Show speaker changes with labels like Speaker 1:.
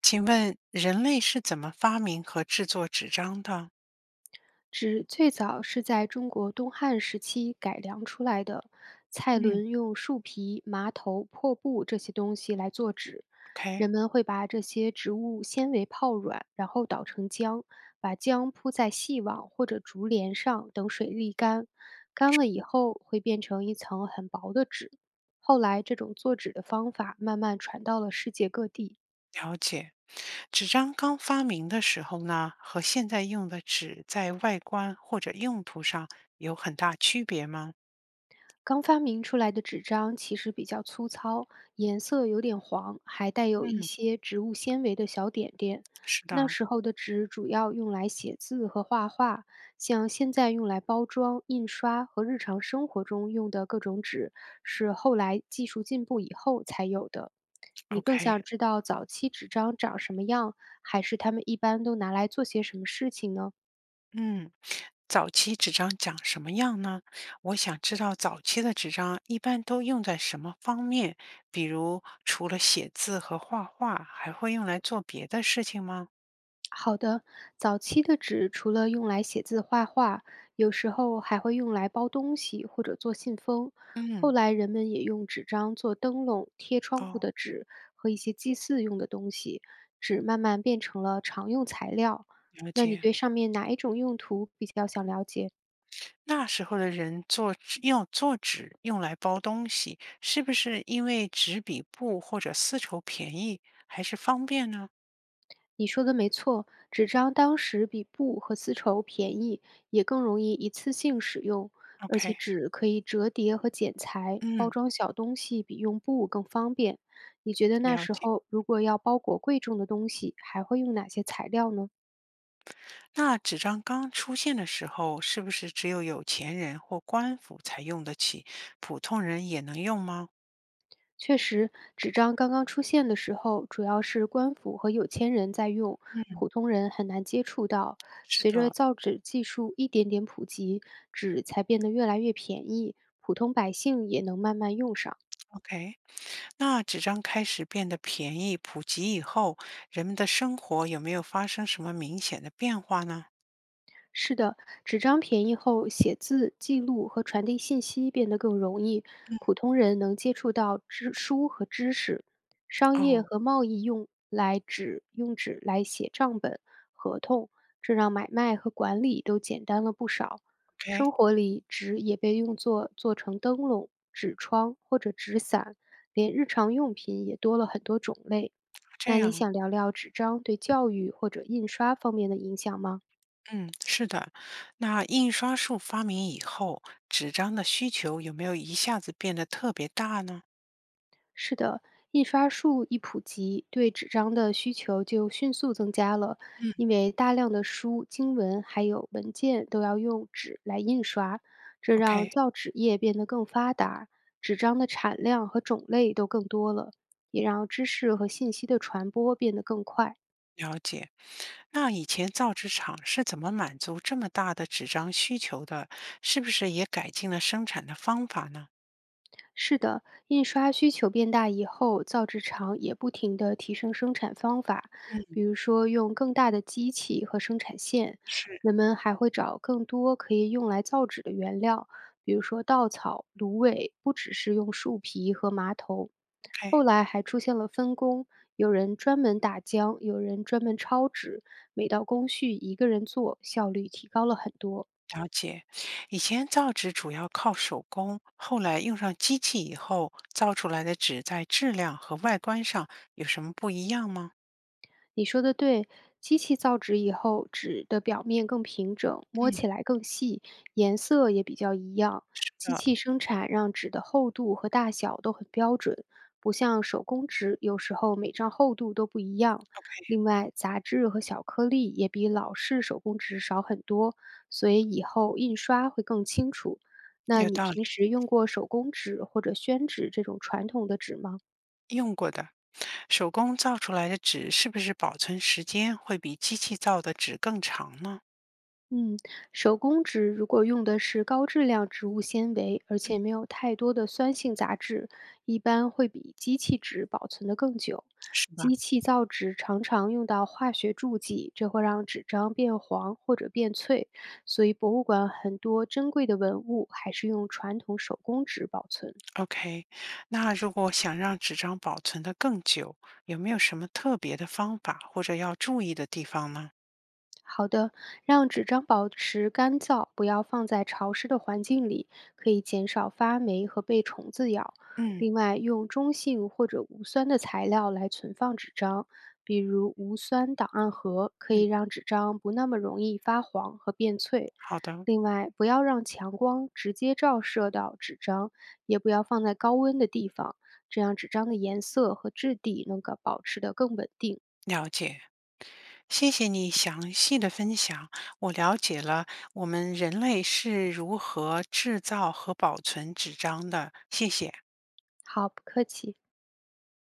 Speaker 1: 请问人类是怎么发明和制作纸张的？
Speaker 2: 纸最早是在中国东汉时期改良出来的。蔡
Speaker 1: 嗯
Speaker 2: 伦用树皮、麻头、破布这些东西来做纸，
Speaker 1: ，OK。
Speaker 2: 人们会把这些植物纤维泡软，然后捣成浆，把浆铺在细网或者竹帘上，等水沥干。干了以后会变成一层很薄的纸。后来，这种做纸的方法慢慢传到了世界各地。
Speaker 1: 了解。纸张刚发明的时候呢，和现在用的纸在外观或者用途上有很大区别吗？
Speaker 2: 刚发明出来的纸张其实比较粗糙，颜色有点黄，还带有一
Speaker 1: 嗯。
Speaker 2: 些植物纤维的小点点。
Speaker 1: 是
Speaker 2: 那
Speaker 1: 的
Speaker 2: 时候的纸主要用来写字和画画，像现在用来包装、印刷和日常生活中用的各种纸，是后来技术进步以后才有的。你更
Speaker 1: ，OK。
Speaker 2: 想知道早期纸张长什么样，还是他们一般都拿来做些什么事情呢？
Speaker 1: 嗯，早期纸张长什么样呢？我想知道早期的纸张一般都用在什么方面，比如除了写字和画画，还会用来做别的事情吗？
Speaker 2: 好的，早期的纸除了用来写字、画画，有时候还会用来包东西或者做信封。后
Speaker 1: 嗯。
Speaker 2: 来人们也用纸张做灯笼、贴窗户
Speaker 1: 哦。
Speaker 2: 的纸和一些祭祀用的东西。纸慢慢变成了常用材料。
Speaker 1: 了
Speaker 2: 那你
Speaker 1: 解。
Speaker 2: 对上面哪一种用途比较想了解？
Speaker 1: 那时候的人做纸用来包东西，是不是因为纸比布或者丝绸便宜，还是方便呢
Speaker 2: 你说的没错，纸张当时比布和丝绸便宜，也更容易一次性使用，而且
Speaker 1: ？OK。
Speaker 2: 纸可以折叠和剪裁，包
Speaker 1: 嗯。
Speaker 2: 装小东西比用布更方便。你觉得那
Speaker 1: 了
Speaker 2: 时
Speaker 1: 解。
Speaker 2: 候如果要包裹贵重的东西，还会用哪些材料呢？
Speaker 1: 那纸张刚出现的时候，是不是只有有钱人或官府才用得起，普通人也能用吗？
Speaker 2: 确实，纸张刚刚出现的时候，主要是官府和有钱人在用，
Speaker 1: 嗯。
Speaker 2: 普通人很难接触到。
Speaker 1: 是
Speaker 2: 随着
Speaker 1: 的。
Speaker 2: 造纸技术一点点普及，纸才变得越来越便宜，普通百姓也能慢慢用上。
Speaker 1: OK。那纸张开始变得便宜、普及以后，人们的生活有没有发生什么明显的变化呢？
Speaker 2: 是的，纸张便宜后，写字、记录和传递信息变得更容易，普通人能接触到知书和知识。商业
Speaker 1: 哦
Speaker 2: 和贸易用来纸用纸来写账本、合同，这让买卖和管理都简单了不少。
Speaker 1: ，OK。
Speaker 2: 生活里，纸也被用作做成灯笼、纸窗或者纸伞，连日常用品也多了很多种类。
Speaker 1: 这
Speaker 2: 那你
Speaker 1: 样。
Speaker 2: 想聊聊纸张对教育或者印刷方面的影响吗？
Speaker 1: 嗯。是的。那印刷术发明以后，纸张的需求有没有一下子变得特别大呢？
Speaker 2: 是的，印刷术一普及，对纸张的需求就迅速增加了，
Speaker 1: 嗯，
Speaker 2: 因为大量的书、经文还有文件都要用纸来印刷，这让
Speaker 1: ？OK。
Speaker 2: 造纸业变得更发达，纸张的产量和种类都更多了，也让知识和信息的传播变得更快。
Speaker 1: 了解。那以前造纸厂是怎么满足这么大的纸张需求的？是不是也改进了生产的方法呢？
Speaker 2: 是的，印刷需求变大以后，造纸厂也不停地提升生产方法，
Speaker 1: 嗯。
Speaker 2: 比如说用更大的机器和生产线。
Speaker 1: 是，
Speaker 2: 人们还会找更多可以用来造纸的原料，比如说稻草、芦苇，不只是用树皮和麻头。
Speaker 1: ？OK。
Speaker 2: 后来还出现了分工，有人专门打浆，有人专门抄纸，每道工序一个人做，效率提高了很多。
Speaker 1: 了解。以前造纸主要靠手工，后来用上机器以后，造出来的纸在质量和外观上有什么不一样吗？
Speaker 2: 你说的对，机器造纸以后，纸的表面更平整，摸
Speaker 1: 嗯。
Speaker 2: 起来更细，颜色也比较一样。机
Speaker 1: 呃，
Speaker 2: 器生产让纸的厚度和大小都很标准，不像手工纸，有时候每张厚度都不一样。另外，杂质和小颗粒也比老式手工纸少很多，所以以后印刷会更清楚。那
Speaker 1: 有
Speaker 2: 你
Speaker 1: 道理，
Speaker 2: 平时用过手工纸或者宣纸这种传统的纸吗？
Speaker 1: 用过的。手工造出来的纸是不是保存时间会比机器造的纸更长呢？
Speaker 2: 嗯，手工纸如果用的是高质量植物纤维，而
Speaker 1: 嗯。
Speaker 2: 且没有太多的酸性杂质，一般会比机器纸保存得更久。
Speaker 1: 是吧
Speaker 2: 机器造纸常常用到化学助剂，这会让纸张变黄或者变脆，所以博物馆很多珍贵的文物还是用传统手工纸保存。
Speaker 1: ？OK。那如果想让纸张保存的更久，有没有什么特别的方法或者要注意的地方呢？
Speaker 2: 好的，让纸张保持干燥，不要放在潮湿的环境里，可以减少发霉和被虫子咬。
Speaker 1: 嗯，
Speaker 2: 另外，用中性或者无酸的材料来存放纸张，比如无酸档案盒，可以
Speaker 1: 嗯，
Speaker 2: 让纸张不那么容易发黄和变脆。
Speaker 1: 好的，
Speaker 2: 另外，不要让强光直接照射到纸张，也不要放在高温的地方，这样纸张的颜色和质地能够保持得更稳定。
Speaker 1: 了解。谢谢你详细的分享，我了解了我们人类是如何制造和保存纸张的，谢谢。
Speaker 2: 好，不客气。